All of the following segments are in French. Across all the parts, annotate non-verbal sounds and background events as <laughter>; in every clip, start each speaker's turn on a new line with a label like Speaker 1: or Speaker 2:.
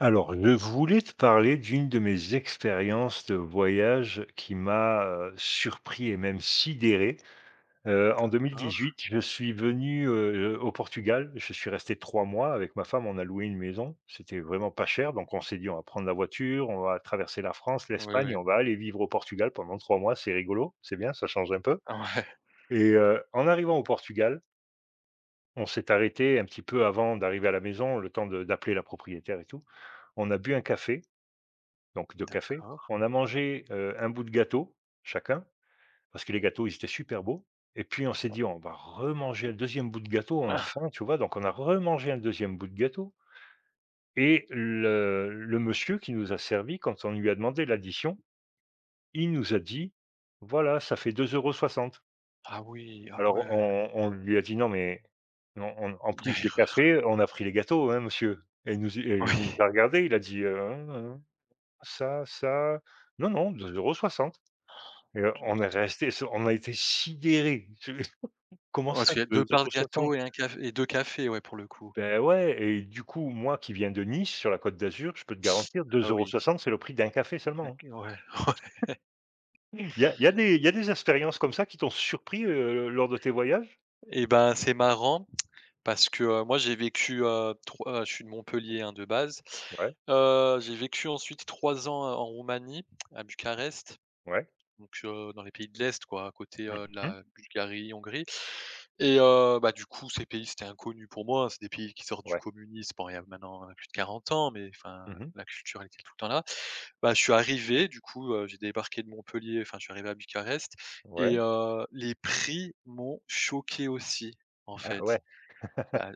Speaker 1: Alors, je voulais te parler d'une de mes expériences de voyage qui m'a surpris et même sidéré. En
Speaker 2: D'accord.
Speaker 1: 2018, je suis venu au Portugal. Je suis resté 3 mois avec ma femme, on a loué une maison. C'était vraiment pas cher, donc on s'est dit: «On va prendre la voiture, on va traverser la France,
Speaker 2: Oui,
Speaker 1: l'Espagne et
Speaker 2: oui.
Speaker 1: on va aller vivre au Portugal pendant 3 mois, c'est rigolo, c'est bien, ça change un peu.»
Speaker 2: Ah ouais.
Speaker 1: Et en arrivant au Portugal, on s'est arrêté un petit peu avant d'arriver à la maison, le temps de d'appeler la propriétaire et tout. On a bu un café donc de café.
Speaker 2: D'accord.
Speaker 1: On a mangé un bout de gâteau chacun, parce que les gâteaux, ils étaient super beaux, et puis on s'est dit: «On va remanger un deuxième bout de gâteau, on a
Speaker 2: Ah!
Speaker 1: faim», tu vois? Donc on a remangé un deuxième bout de gâteau, et le monsieur qui nous a servi, quand on lui a demandé l'addition, il nous a dit: «Voilà, ça fait deux euros soixante.»
Speaker 2: Ah oui, ah ouais.
Speaker 1: Alors on lui a dit: «Non mais non, on en
Speaker 2: Il y a
Speaker 1: plus des cafés, on a pris les gâteaux, hein, monsieur», et il nous et
Speaker 2: <laughs>
Speaker 1: il nous
Speaker 2: oui.
Speaker 1: a regardé, il a dit: Hein, hein, ça, ça, non, non, deux euros soixante.» Et on est resté s on a été sidérés. Je comment
Speaker 2: Ouais, parce
Speaker 1: ça,
Speaker 2: qu'il y a
Speaker 1: deux
Speaker 2: 2 parts
Speaker 1: euros
Speaker 2: de
Speaker 1: soixante
Speaker 2: gâteau et un café et 2 cafés, ouais, pour le coup.
Speaker 1: Beh, ouais, et du coup, moi qui viens de Nice, sur la Côte d'Azur, je peux te garantir deux
Speaker 2: Ah
Speaker 1: euros
Speaker 2: oui.
Speaker 1: soixante, c'est le prix d'un café seulement,
Speaker 2: D'acc ouais, <laughs> ouais.
Speaker 1: hein. Il y a des il y a des expériences comme ça qui t'ont surpris lors de tes voyages?
Speaker 2: Et ben, c'est marrant parce que, moi, j'ai vécu, tro je suis de Montpellier, hein, de base.
Speaker 1: Ouais,
Speaker 2: J'ai vécu ensuite 3 ans, en Roumanie, à Bucarest,
Speaker 1: ouais.
Speaker 2: donc dans les pays de l'Est, quoi, à côté,
Speaker 1: Mmh
Speaker 2: de
Speaker 1: mh.
Speaker 2: la Bulgarie, Hongrie. Et bah, du coup, ces pays, c'était inconnu pour moi. C'est des pays qui sortent du
Speaker 1: Ouais.
Speaker 2: communisme. Bon, il y a maintenant plus de 40 ans, mais enfin,
Speaker 1: Mmh mh.
Speaker 2: la culture, elle était tout le temps là. Bah, je suis arrivé, du coup, j'ai débarqué de Montpellier, enfin, je suis arrivé à Bucarest et
Speaker 1: Ouais.
Speaker 2: les prix m'ont choqué aussi, en
Speaker 1: Bah,
Speaker 2: fait.
Speaker 1: ouais,
Speaker 2: Bah,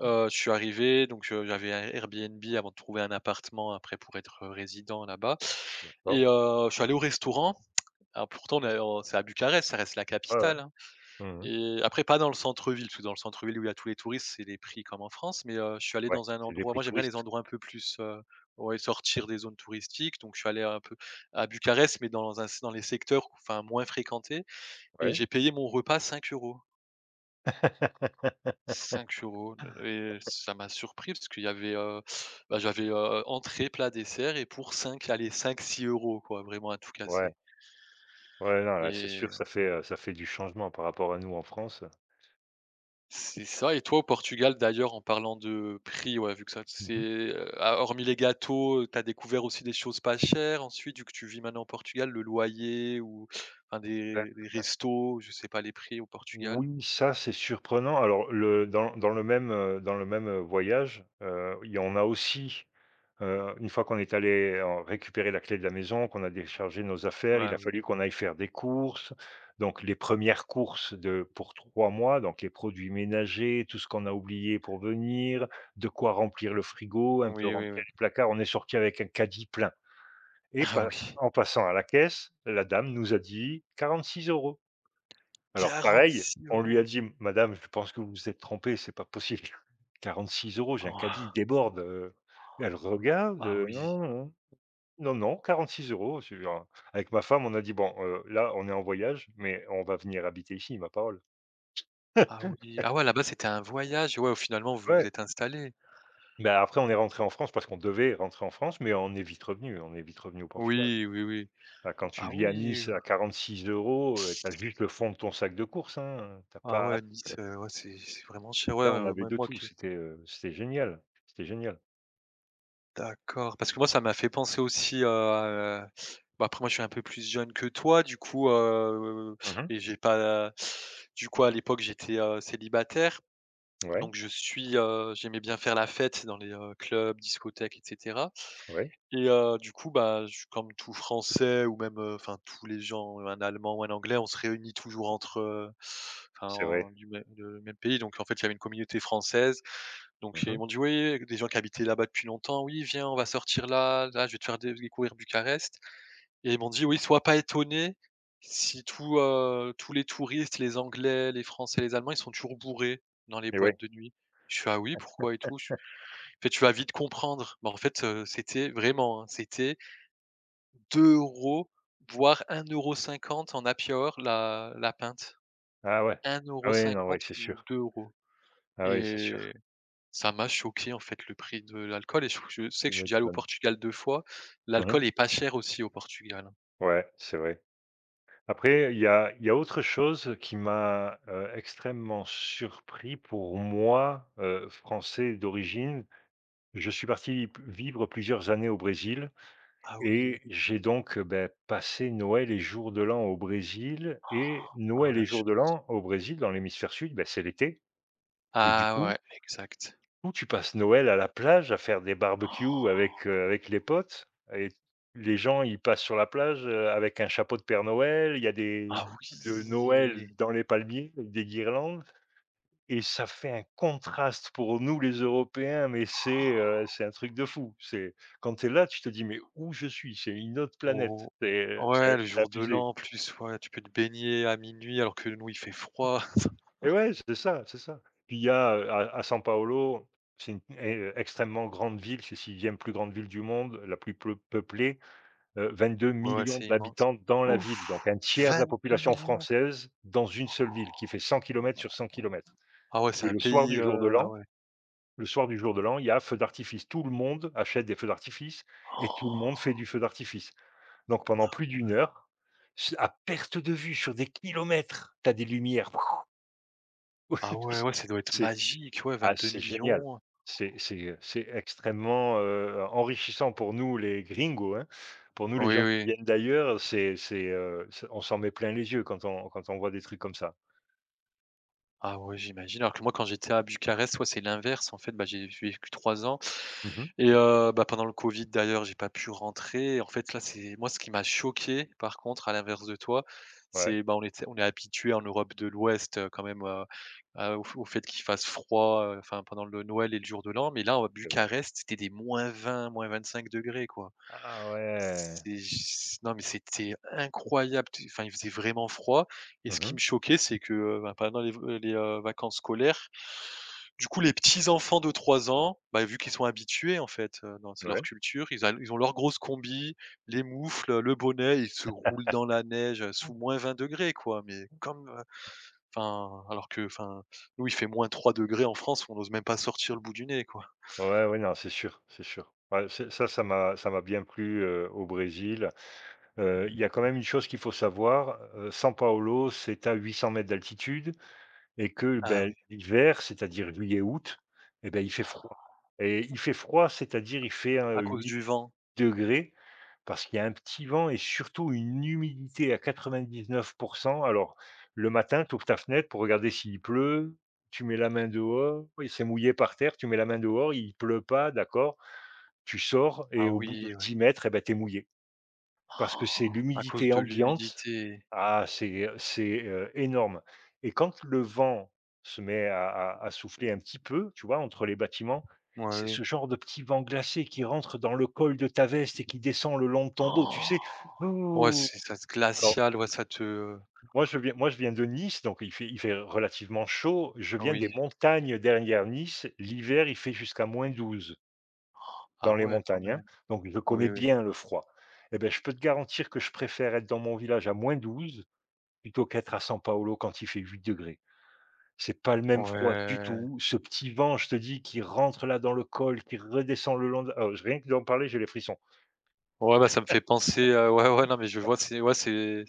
Speaker 2: je suis arrivé, donc je j'avais un Airbnb avant de trouver un appartement après pour être résident là-bas et
Speaker 1: d'accord.
Speaker 2: je suis allé au restaurant. Alors pourtant, on est en c'est à Bucarest, ça reste la
Speaker 1: Ouais, ouais.
Speaker 2: capitale, hein.
Speaker 1: Mmh mh.
Speaker 2: Et après, pas dans le centre-ville, parce que dans le centre-ville où il y a tous les touristes, c'est les prix comme en France, mais je suis allé
Speaker 1: Ouais,
Speaker 2: dans un
Speaker 1: c'est des
Speaker 2: endroit
Speaker 1: prix
Speaker 2: moi j'aime bien les
Speaker 1: touristes.
Speaker 2: endroits un peu plus, ouais, sortir des zones touristiques, donc je suis allé un peu à Bucarest, mais dans les secteurs, enfin, moins fréquentés et
Speaker 1: Ouais.
Speaker 2: j'ai payé mon repas 5 euros. 5 euros. Et ça m'a surpris parce qu'il y avait, bah, j'avais, entrée, plat, dessert et pour 5, allez, 5, 6 euros, quoi, vraiment à tout
Speaker 1: Ouais,
Speaker 2: casser.
Speaker 1: ouais, non, là, c'est
Speaker 2: Et
Speaker 1: sûr, ça fait ça fait du changement par rapport à nous en France.
Speaker 2: c'est ça. Et toi au Portugal d'ailleurs en parlant de prix, ouais, vu que ça
Speaker 1: Mmh
Speaker 2: c'est,
Speaker 1: mh.
Speaker 2: ah, hormis les gâteaux, tu as découvert aussi des choses pas chères ensuite vu que tu vis maintenant au Portugal, le loyer ou enfin
Speaker 1: Ben,
Speaker 2: des restos, je sais pas les prix au Portugal?
Speaker 1: oui, ça, c'est surprenant. Alors le dans dans le même, voyage, il y en a aussi, une fois qu'on est allé en récupérer la clé de la maison, qu'on a déchargé nos affaires, il
Speaker 2: Ah
Speaker 1: a
Speaker 2: oui.
Speaker 1: fallu qu'on aille faire des courses. Donc les premières courses de pour 3 mois, donc les produits ménagers, tout ce qu'on a oublié pour venir, de quoi remplir le frigo, un peu
Speaker 2: Oui, oui, oui.
Speaker 1: remplir les placards. On est sorti avec un caddie plein, et
Speaker 2: <laughs> Ah
Speaker 1: pass
Speaker 2: oui,
Speaker 1: en passant à la caisse, la dame nous a dit: «46 euros.» Alors pareil, on lui
Speaker 2: 46
Speaker 1: a
Speaker 2: €, hein.
Speaker 1: dit: «Madame, je pense que vous vous êtes trompée, c'est pas possible. <laughs> 46 euros, j'ai un
Speaker 2: Ouah.
Speaker 1: caddie, il déborde». Elle regarde:
Speaker 2: Ah
Speaker 1: «Non,
Speaker 2: oui,
Speaker 1: non, non, non, 46 euros.» Je lui en avec ma femme, on a dit: «Bon, là, on est en voyage, mais on va venir habiter ici, ma parole.»
Speaker 2: ah
Speaker 1: <laughs>
Speaker 2: oui, ah ouais, là-bas c'était un voyage, ouais, finalement vous vous
Speaker 1: Ouais,
Speaker 2: êtes installés?
Speaker 1: bah, après on est rentré en France parce qu'on devait rentrer en France, mais on est vite revenu, on est vite revenu au Portugal.
Speaker 2: Oui, oui, oui.
Speaker 1: Bah, quand tu
Speaker 2: Ah
Speaker 1: vis à
Speaker 2: oui,
Speaker 1: Nice à 46 €, tu as juste le fond de ton sac de courses, hein, tu
Speaker 2: ah ouais,
Speaker 1: pas
Speaker 2: Nice, ouais, c'est vraiment cher, ouais,
Speaker 1: là, on avait
Speaker 2: même
Speaker 1: de
Speaker 2: moi
Speaker 1: tout,
Speaker 2: qui.
Speaker 1: c'était c'était génial, c'était génial.
Speaker 2: D'accord, parce que moi ça m'a fait penser aussi à bah, après moi je suis un peu plus jeune que toi du coup,
Speaker 1: Mmh.
Speaker 2: et j'ai pas du coup à l'époque j'étais, célibataire
Speaker 1: Ouais,
Speaker 2: donc je suis, j'aimais bien faire la fête dans les, clubs, discothèques et cetera
Speaker 1: ouais,
Speaker 2: et du coup, bah, je comme tout Français ou même, enfin tous les gens, un Allemand ou un Anglais, on se réunit toujours entre, enfin
Speaker 1: c'est vrai.
Speaker 2: du même le même pays, donc en fait, il y avait une communauté française donc ils
Speaker 1: Mmh.
Speaker 2: m'ont dit: «Oui», des gens qui habitaient là-bas depuis longtemps: «Oui, viens, on va sortir là, là, je vais te faire dé découvrir Bucarest» et ils m'ont dit: «Oui, sois pas étonné si tous les touristes, les Anglais, les Français, les Allemands, ils sont toujours bourrés dans les
Speaker 1: Et
Speaker 2: boîtes
Speaker 1: ouais.
Speaker 2: de nuit». Je suis «Ah oui, pourquoi et tout?» je En fait, «Tu vas vite comprendre». Bah, en fait, c'était vraiment, hein, c'était 2 euros, voire 1,50 euro en happy hour la pinte.
Speaker 1: Ah ouais.
Speaker 2: Un
Speaker 1: Ah
Speaker 2: euro
Speaker 1: ouais, non, ouais,
Speaker 2: cinquante
Speaker 1: c'est
Speaker 2: ou
Speaker 1: sûr.
Speaker 2: 2 euros.
Speaker 1: Ah ouais, c'est
Speaker 2: Et
Speaker 1: sûr.
Speaker 2: ça m'a choqué en fait le prix de l'alcool et je sais
Speaker 1: Tu
Speaker 2: que je suis déjà allé au
Speaker 1: m'étonnes.
Speaker 2: Portugal 2 fois.
Speaker 1: Mmh.
Speaker 2: L'alcool est pas cher aussi au Portugal, hein.
Speaker 1: Ouais, c'est vrai. Après, il y a autre chose qui m'a extrêmement surpris, pour moi, français d'origine. Je suis parti p vivre plusieurs années au Brésil,
Speaker 2: Ah oui.
Speaker 1: et j'ai donc beh, passé Noël et jour de l'an au Brésil, et
Speaker 2: Oh
Speaker 1: Noël
Speaker 2: la
Speaker 1: et jour de
Speaker 2: chance.
Speaker 1: l'an au Brésil, dans l'hémisphère sud, bah, c'est l'été. Et du
Speaker 2: Ah
Speaker 1: coup,
Speaker 2: ouais, exact.
Speaker 1: ou tu passes Noël à la plage à faire des barbecues avec avec les potes, et les gens, ils passent sur la plage, avec un chapeau de Père Noël, il y a des
Speaker 2: Ah
Speaker 1: boules de Noël
Speaker 2: oui.
Speaker 1: dans les palmiers avec des guirlandes, et ça fait un contraste pour nous les Européens, mais c'est c'est un truc de fou. C'est quand tu es là, tu te dis: «Mais où je suis? C'est une autre planète.»
Speaker 2: Oh.
Speaker 1: C'est, euh, c'est
Speaker 2: Ouais, le
Speaker 1: c'est
Speaker 2: jour de
Speaker 1: abusé.
Speaker 2: l'an en plus, ouais, tu peux te baigner à minuit alors que nous il fait froid. <laughs>
Speaker 1: Et ouais, c'est ça, c'est ça. Puis il y a, à San Paolo, c'est une é extrêmement grande ville, c'est 6e plus grande ville du monde, la plus peuplée, 22
Speaker 2: Ouais,
Speaker 1: 000
Speaker 2: ouais, c'est
Speaker 1: 000
Speaker 2: immense.
Speaker 1: d'habitants dans la
Speaker 2: Ouf!
Speaker 1: ville, donc un tiers de la
Speaker 2: Vingt deux
Speaker 1: population
Speaker 2: millions.
Speaker 1: française dans une seule ville qui fait 100 km sur 100 km.
Speaker 2: Ah ouais, c'est
Speaker 1: Et
Speaker 2: un
Speaker 1: le soir
Speaker 2: pays,
Speaker 1: du jour de
Speaker 2: ah
Speaker 1: l'an
Speaker 2: ouais.
Speaker 1: le soir du jour de l'an, il y a feu d'artifice. Tout le monde achète des feux d'artifice, et tout le monde fait du feu d'artifice. Donc pendant plus d'une heure, s à perte de vue sur des kilomètres, tu as des lumières.
Speaker 2: Ah ouais, ouais,
Speaker 1: <laughs>
Speaker 2: ça doit être
Speaker 1: C'est...
Speaker 2: magique, ouais,
Speaker 1: Ah,
Speaker 2: Vingt-deux
Speaker 1: c'est génial.
Speaker 2: millions.
Speaker 1: C'est c'est, c'est extrêmement, enrichissant pour nous les gringos, hein. Pour nous les
Speaker 2: Oui,
Speaker 1: gens qui
Speaker 2: oui.
Speaker 1: viennent d'ailleurs, c'est c'est on s'en met plein les yeux quand on quand on voit des trucs comme ça.
Speaker 2: Ah ouais, j'imagine. Alors que moi, quand j'étais à Bucarest, ouais, c'est l'inverse. En fait, bah, j'ai vécu 3 ans
Speaker 1: Mmh.
Speaker 2: et bah, pendant le covid d'ailleurs, j'ai pas pu rentrer. En fait, là, c'est moi, ce qui m'a choqué, par contre, à l'inverse de toi,
Speaker 1: Ouais,
Speaker 2: c'est, bah, on est habitué en Europe de l'Ouest, quand même, à au f au fait qu'il fasse froid, enfin pendant le Noël et le jour de l'an. Mais là, à
Speaker 1: c'est vrai.
Speaker 2: Bucarest, c'était des moins vingt, -25 degrés, quoi.
Speaker 1: Ah ouais.
Speaker 2: C'est j Non, mais c'était incroyable, tu enfin, il faisait vraiment froid et ce qui me
Speaker 1: Mmh.
Speaker 2: choquait, c'est que, ben, pendant les vacances scolaires, du coup, les petits enfants de 3 ans, bah, vu qu'ils sont habitués, en fait, dans c'est leur
Speaker 1: Ouais.
Speaker 2: culture, ils ont leur grosse combi, les moufles, le bonnet, ils se roulent dans la neige, sous -20 degrés, quoi, mais comme, enfin, alors que, enfin, nous, il fait -3 degrés en France, on n'ose même pas sortir le bout du nez, quoi.
Speaker 1: Ouais, ouais, non, c'est sûr, c'est sûr. Ouais, c'est ça, ça m'a bien plu, au Brésil. Il y a quand même une chose qu'il faut savoir, São Paulo, c'est à 800 mètres d'altitude. Et que,
Speaker 2: Ah
Speaker 1: ben,
Speaker 2: oui,
Speaker 1: l'hiver, c'est-à-dire juillet-août, eh ben, il fait froid. Et il fait froid, c'est-à-dire il fait,
Speaker 2: à
Speaker 1: heu,
Speaker 2: cause
Speaker 1: 8
Speaker 2: du vent.
Speaker 1: degrés parce qu'il y a un petit vent et surtout une humidité à 99. Alors, le matin, tu ouvres ta fenêtre pour regarder s'il pleut, tu mets la main dehors, il s'est mouillé par terre, tu mets la main dehors, il pleut pas, d'accord. Tu sors
Speaker 2: Ah
Speaker 1: et au bout de
Speaker 2: oui, ouais.
Speaker 1: 10 mètres, eh bah, tu es mouillé. Parce
Speaker 2: Oh,
Speaker 1: que c'est
Speaker 2: à cause
Speaker 1: l'humidité
Speaker 2: de
Speaker 1: ambiante.
Speaker 2: l'humidité.
Speaker 1: Ah, c'est, c'est, énorme, et quand le vent se met à souffler un petit peu, tu vois, entre les bâtiments, c'est
Speaker 2: Ouais.
Speaker 1: ce genre de petit vent glacé qui rentre dans le col de ta veste et qui descend le long de ton dos, tu
Speaker 2: Oh!
Speaker 1: sais?
Speaker 2: Ouais,
Speaker 1: Ouh.
Speaker 2: c'est ça te
Speaker 1: Alors
Speaker 2: glacial, ouais, ça te
Speaker 1: moi je viens de Nice, donc il fait relativement chaud. Je
Speaker 2: ah
Speaker 1: viens
Speaker 2: oui.
Speaker 1: des montagnes derrière Nice. L'hiver, il fait jusqu'à -12
Speaker 2: Ah
Speaker 1: dans les
Speaker 2: ouais, quand
Speaker 1: montagnes, hein,
Speaker 2: même.
Speaker 1: donc je connais
Speaker 2: Oui, oui.
Speaker 1: bien le froid. Et ben, je peux te garantir que je préfère être dans mon village à -12 plutôt qu'être à San Paolo quand il fait 8 degrés. C'est pas le même froid du
Speaker 2: Ouais.
Speaker 1: tout. Ce petit vent, je te dis, qui rentre là dans le col, qui redescend le long de, ah, rien que d'en parler, j'ai les frissons.
Speaker 2: Ouais, bah, ça me fait penser, ouais, ouais, non, mais je vois, c'est ouais, c'est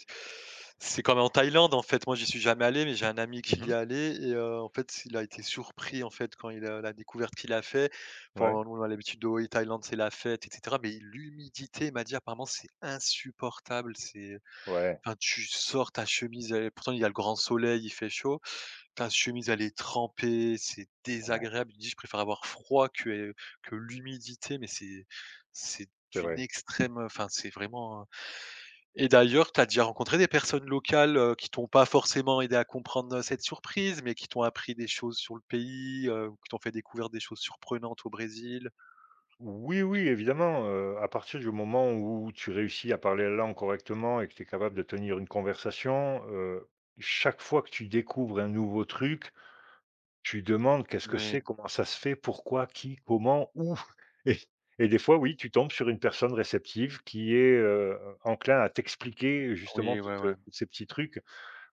Speaker 2: c'est comme en Thaïlande, en fait. Moi, j'y suis jamais allé, mais j'ai un ami qui y est
Speaker 1: Mmh.
Speaker 2: allé et en fait, il a été surpris, en fait, quand il a la découverte qu'il a fait.
Speaker 1: Ouais,
Speaker 2: Enfin, nous, on a l'habitude de oui, Thaïlande, c'est la fête et cetera, mais l'humidité, il m'a dit: «Apparemment, c'est insupportable, c'est
Speaker 1: ouais,
Speaker 2: enfin, tu sors ta chemise» et pourtant, il y a le grand soleil, il fait chaud. Ta chemise, elle est trempée, c'est
Speaker 1: ouais,
Speaker 2: désagréable. Il dit: «Je préfère avoir froid que l'humidité», mais c'est
Speaker 1: c'est
Speaker 2: d'une
Speaker 1: vrai.
Speaker 2: extrême, enfin, c'est vraiment. Et d'ailleurs, tu as déjà rencontré des personnes locales, qui t'ont pas forcément aidé à comprendre, cette surprise, mais qui t'ont appris des choses sur le pays, ou qui t'ont fait découvrir des choses surprenantes au Brésil?
Speaker 1: Oui, oui, évidemment, à partir du moment où tu réussis à parler la langue correctement et que tu es capable de tenir une conversation, chaque fois que tu découvres un nouveau truc, tu lui demandes: «Qu'est-ce que
Speaker 2: Oui,
Speaker 1: c'est? Comment ça se fait? Pourquoi? Qui? Comment? Où?» <laughs> et et des fois, oui, tu tombes sur une personne réceptive qui est, enclin à t'expliquer justement
Speaker 2: oui, ouais,
Speaker 1: toutes,
Speaker 2: ouais.
Speaker 1: heu, tous ces petits trucs.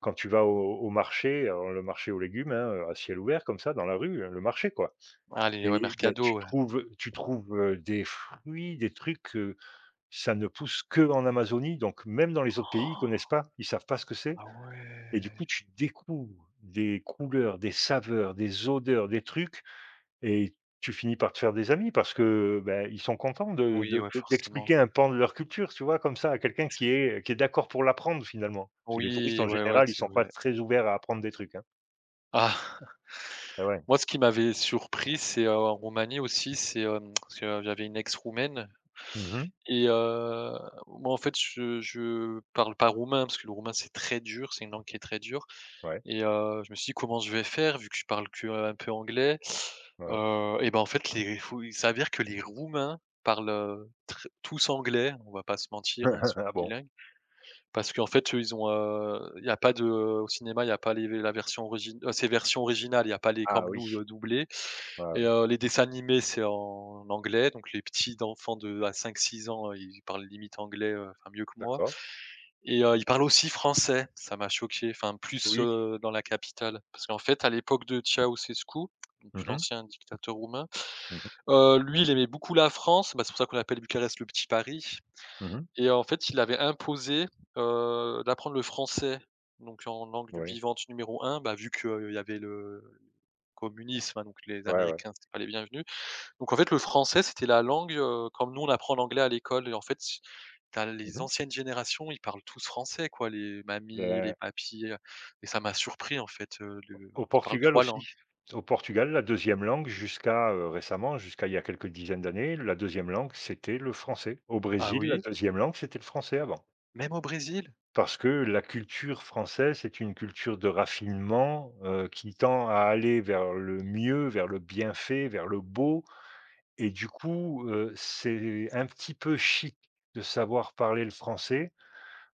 Speaker 1: Quand tu vas au marché, alors le marché aux légumes, hein, à ciel ouvert comme ça dans la rue, hein, le marché quoi,
Speaker 2: Allez, ouais,
Speaker 1: et ben, tu
Speaker 2: Mercado, ouais.
Speaker 1: trouves tu trouves, heu, des fruits, des trucs, ça ne pousse que en Amazonie, donc même dans les autres pays, ils connaissent pas, ils savent pas ce que c'est,
Speaker 2: Ah
Speaker 1: et du
Speaker 2: ouais!
Speaker 1: coup, tu découvres des couleurs, des saveurs, des odeurs, des trucs, et tu finis par te faire des amis parce que, bah, ils sont contents
Speaker 2: Oui, ouais,
Speaker 1: de
Speaker 2: forcément.
Speaker 1: d'expliquer un pan de leur culture, tu vois, comme ça, à quelqu'un
Speaker 2: C'est
Speaker 1: qui est d'accord pour l'apprendre finalement. Parce que les touristes
Speaker 2: oui,
Speaker 1: en
Speaker 2: ouais, ouais,
Speaker 1: général, ils
Speaker 2: c'est
Speaker 1: sont pas
Speaker 2: vrai.
Speaker 1: très ouverts à apprendre des trucs, hein.
Speaker 2: Ah!
Speaker 1: Ah ouais.
Speaker 2: Moi, ce qui m'avait surpris, c'est, en Roumanie aussi, c'est, parce que j'avais une ex roumaine
Speaker 1: Mmh.
Speaker 2: et moi, en fait, je parle pas roumain parce que le roumain, c'est très dur, c'est une langue qui est très dure
Speaker 1: Ouais,
Speaker 2: et je me suis dit: «Comment je vais faire vu que je parle qu'un peu anglais?»
Speaker 1: ouais.
Speaker 2: Et ben, en fait, les faut il s'avère que les Roumains parlent, tr tous anglais, on va pas se mentir, hein, ils sont
Speaker 1: <laughs> Ah bon?
Speaker 2: bilingues parce qu'en fait, eux, ils ont, il y a pas de au cinéma, il y a pas les la version origi c'est version originale, il y a pas les
Speaker 1: Ah
Speaker 2: comme
Speaker 1: oui.
Speaker 2: nous, doublés.
Speaker 1: Ouais,
Speaker 2: Et
Speaker 1: ouais.
Speaker 2: les dessins animés, c'est en anglais, donc les petits d'enfants de à 5, 6 ans, ils parlent limite anglais, enfin mieux que moi
Speaker 1: D'accord.
Speaker 2: et ils parlent aussi français. Ça m'a choqué, enfin plus,
Speaker 1: Oui.
Speaker 2: dans la capitale. Parce qu'en fait, à l'époque de Ceausescu, donc
Speaker 1: Mmh mh.
Speaker 2: l'ancien dictateur roumain,
Speaker 1: Mmh mh.
Speaker 2: lui, il aimait beaucoup la France, bah, c'est pour ça qu'on appelle Bucarest le petit Paris
Speaker 1: Mmh.
Speaker 2: et en fait, il avait imposé, d'apprendre le français, donc en langue
Speaker 1: Oui.
Speaker 2: vivante numéro un, bah, vu qu'il y avait le communisme, hein, donc les
Speaker 1: Ouais, ouais.
Speaker 2: Américains, c'était pas les bienvenus donc en fait, le français, c'était la langue, comme nous on apprend l'anglais à l'école et en fait, tu as
Speaker 1: Mmh
Speaker 2: les
Speaker 1: mh.
Speaker 2: anciennes générations, ils parlent tous français quoi, les mamies, les
Speaker 1: Bah,
Speaker 2: papys. Et ça m'a surpris en fait, le
Speaker 1: au
Speaker 2: ils parlent
Speaker 1: Portugal
Speaker 2: 3 langues.
Speaker 1: aussi. Au Portugal, la deuxième langue jusqu'à, récemment, jusqu'à il y a quelques dizaines d'années, la deuxième langue, c'était le français. Au
Speaker 2: Ah
Speaker 1: Brésil, la
Speaker 2: oui?
Speaker 1: deuxième langue, c'était le français avant.
Speaker 2: Même au Brésil?
Speaker 1: Parce que la culture française, c'est une culture de raffinement, qui tend à aller vers le mieux, vers le bien fait, vers le beau, et du coup, c'est un petit peu chic de savoir parler le français.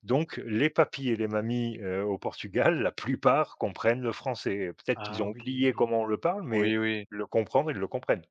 Speaker 1: Donc les papys et les mamies, au Portugal, la plupart comprennent le français. Peut-être qu'ils
Speaker 2: Ah
Speaker 1: ont oublié
Speaker 2: oui.
Speaker 1: comment on le parle,
Speaker 2: Oui,
Speaker 1: mais
Speaker 2: oui.
Speaker 1: le comprendre, ils le comprennent.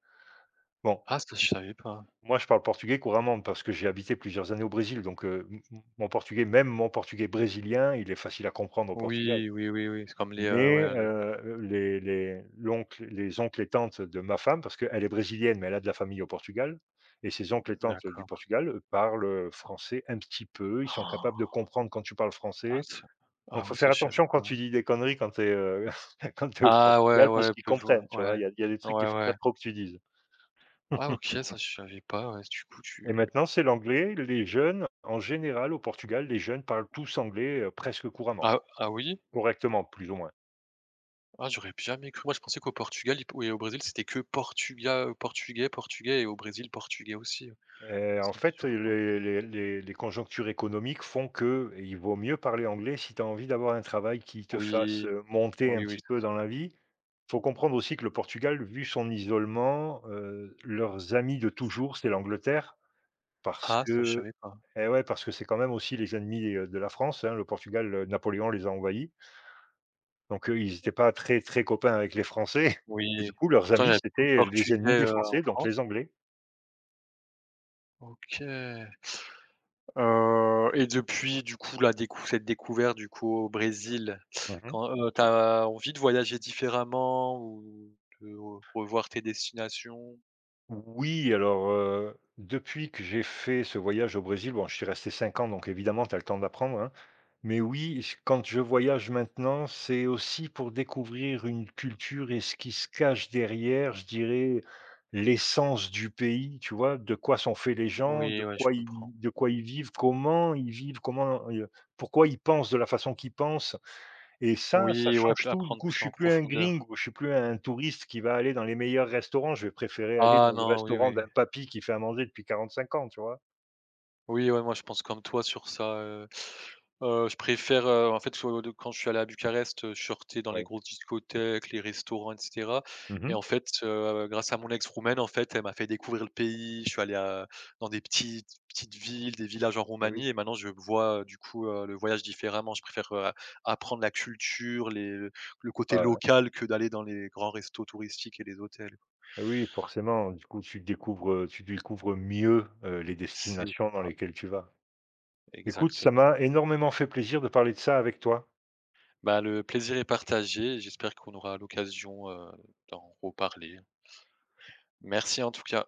Speaker 1: Bon,
Speaker 2: Ah ça, je savais pas.
Speaker 1: moi, je parle portugais couramment parce que j'ai habité plusieurs années au Brésil, donc m mon portugais, même mon portugais brésilien, il est facile à comprendre au Portugal.
Speaker 2: Oui, oui, oui, oui, c'est comme les,
Speaker 1: Mais,
Speaker 2: ouais, les
Speaker 1: heu, les oncles et tantes de ma femme, parce qu'elle est brésilienne, mais elle a de la famille au Portugal, et ses oncles et tantes du
Speaker 2: d'accord.
Speaker 1: Portugal, parlent français un petit peu. Ils sont capables de
Speaker 2: Oh,
Speaker 1: comprendre quand tu parles
Speaker 2: ah
Speaker 1: français.
Speaker 2: ça, ah
Speaker 1: Donc faut
Speaker 2: oui, ça
Speaker 1: faire
Speaker 2: je savais
Speaker 1: attention quand
Speaker 2: pas.
Speaker 1: tu dis des conneries quand tu es, <laughs> quand tu au
Speaker 2: Ah ouais,
Speaker 1: Portugal parce
Speaker 2: ouais,
Speaker 1: qu'ils
Speaker 2: peu je ouais.
Speaker 1: comprennent, tu vois?
Speaker 2: Ouais,
Speaker 1: Il y a des trucs qu'il faut pas
Speaker 2: ouais.
Speaker 1: trop que tu dises.
Speaker 2: Ah OK,
Speaker 1: <laughs>
Speaker 2: ça je savais pas, ouais, du coup
Speaker 1: Et
Speaker 2: tu
Speaker 1: maintenant, c'est l'anglais. Les jeunes, en général, au Portugal, les jeunes parlent tous anglais, presque couramment.
Speaker 2: ah ah oui?
Speaker 1: Correctement, plus ou moins.
Speaker 2: Ah, j'aurais jamais cru. Moi, je pensais qu'au Portugal il p et au Brésil, c'était que portugais et au Brésil, portugais aussi, hein.
Speaker 1: En
Speaker 2: Ça me
Speaker 1: fait,
Speaker 2: surprend.
Speaker 1: les conjonctures économiques font que il vaut mieux parler anglais si tu as envie d'avoir un travail qui te fasse,
Speaker 2: Oui,
Speaker 1: heu, monter un
Speaker 2: oui, oui.
Speaker 1: petit peu dans la vie. Faut comprendre aussi que le Portugal, vu son isolement, leurs amis de toujours, c'est l'Angleterre, parce
Speaker 2: Ah, ça, je
Speaker 1: que
Speaker 2: savais pas.
Speaker 1: eh ouais, parce que c'est quand même aussi les ennemis, de la France, hein. Le Portugal, Napoléon les a envahis, donc eux, ils n'étaient pas très, très copains avec les Français <laughs> et
Speaker 2: Oui.
Speaker 1: du coup, leurs
Speaker 2: Pourtant, il y
Speaker 1: amis,
Speaker 2: a beaucoup de
Speaker 1: c'était les ennemis
Speaker 2: portugais,
Speaker 1: des
Speaker 2: en
Speaker 1: Français, donc
Speaker 2: France.
Speaker 1: les Anglais.
Speaker 2: OK. Et depuis, du coup, la décou cette découverte, du coup, au Brésil,
Speaker 1: Mmh.
Speaker 2: quand, tu as envie de voyager différemment ou de re revoir tes destinations?
Speaker 1: Oui, alors, depuis que j'ai fait ce voyage au Brésil, bon, je suis resté 5 ans, donc évidemment, tu as le temps d'apprendre, hein. Mais oui, j quand je voyage maintenant, c'est aussi pour découvrir une culture et ce qui se cache derrière, je dirais, l'essence du pays, tu vois? De quoi sont faits les gens, de
Speaker 2: Oui, ouais, je
Speaker 1: quoi ils
Speaker 2: comprends.
Speaker 1: de quoi ils vivent, comment ils vivent, comment, pourquoi ils pensent de la façon qu'ils pensent. Et ça
Speaker 2: Oui, ouais,
Speaker 1: change
Speaker 2: pl
Speaker 1: tout. Du
Speaker 2: apprendre
Speaker 1: coup,
Speaker 2: plus
Speaker 1: je
Speaker 2: en
Speaker 1: suis plus un
Speaker 2: profondeur.
Speaker 1: gringo, je suis plus un touriste qui va aller dans les meilleurs restaurants. Je vais préférer aller
Speaker 2: Ah
Speaker 1: dans le
Speaker 2: non, oui,
Speaker 1: restaurant
Speaker 2: oui.
Speaker 1: d'un papy qui fait à manger depuis 45 ans, tu vois?
Speaker 2: Oui, ouais, moi je pense comme toi sur ça. Je préfère, en fait, faut de quand je suis allé à Bucarest, je sortais dans les
Speaker 1: Oui.
Speaker 2: grosses discothèques, les restaurants et cetera
Speaker 1: Mmh
Speaker 2: et
Speaker 1: mh.
Speaker 2: en fait, grâce à mon ex roumaine, en fait, elle m'a fait découvrir le pays. Je suis allé à dans des petites petites villes, des villages en
Speaker 1: Et
Speaker 2: Roumanie
Speaker 1: oui.
Speaker 2: et maintenant je vois, du coup, le voyage différemment. Je préfère, apprendre la culture, les le côté
Speaker 1: Ouais, ouais.
Speaker 2: local que d'aller dans les grands restos touristiques et les hôtels.
Speaker 1: Et oui, forcément, du coup, tu découvres mieux, les
Speaker 2: C'est
Speaker 1: destinations dans lesquelles tu vas. Écoute, ça
Speaker 2: exactement.
Speaker 1: m'a énormément fait plaisir de parler de ça avec toi.
Speaker 2: Bah, le plaisir est partagé et j'espère qu'on aura l'occasion, d'en reparler. Merci en tout cas.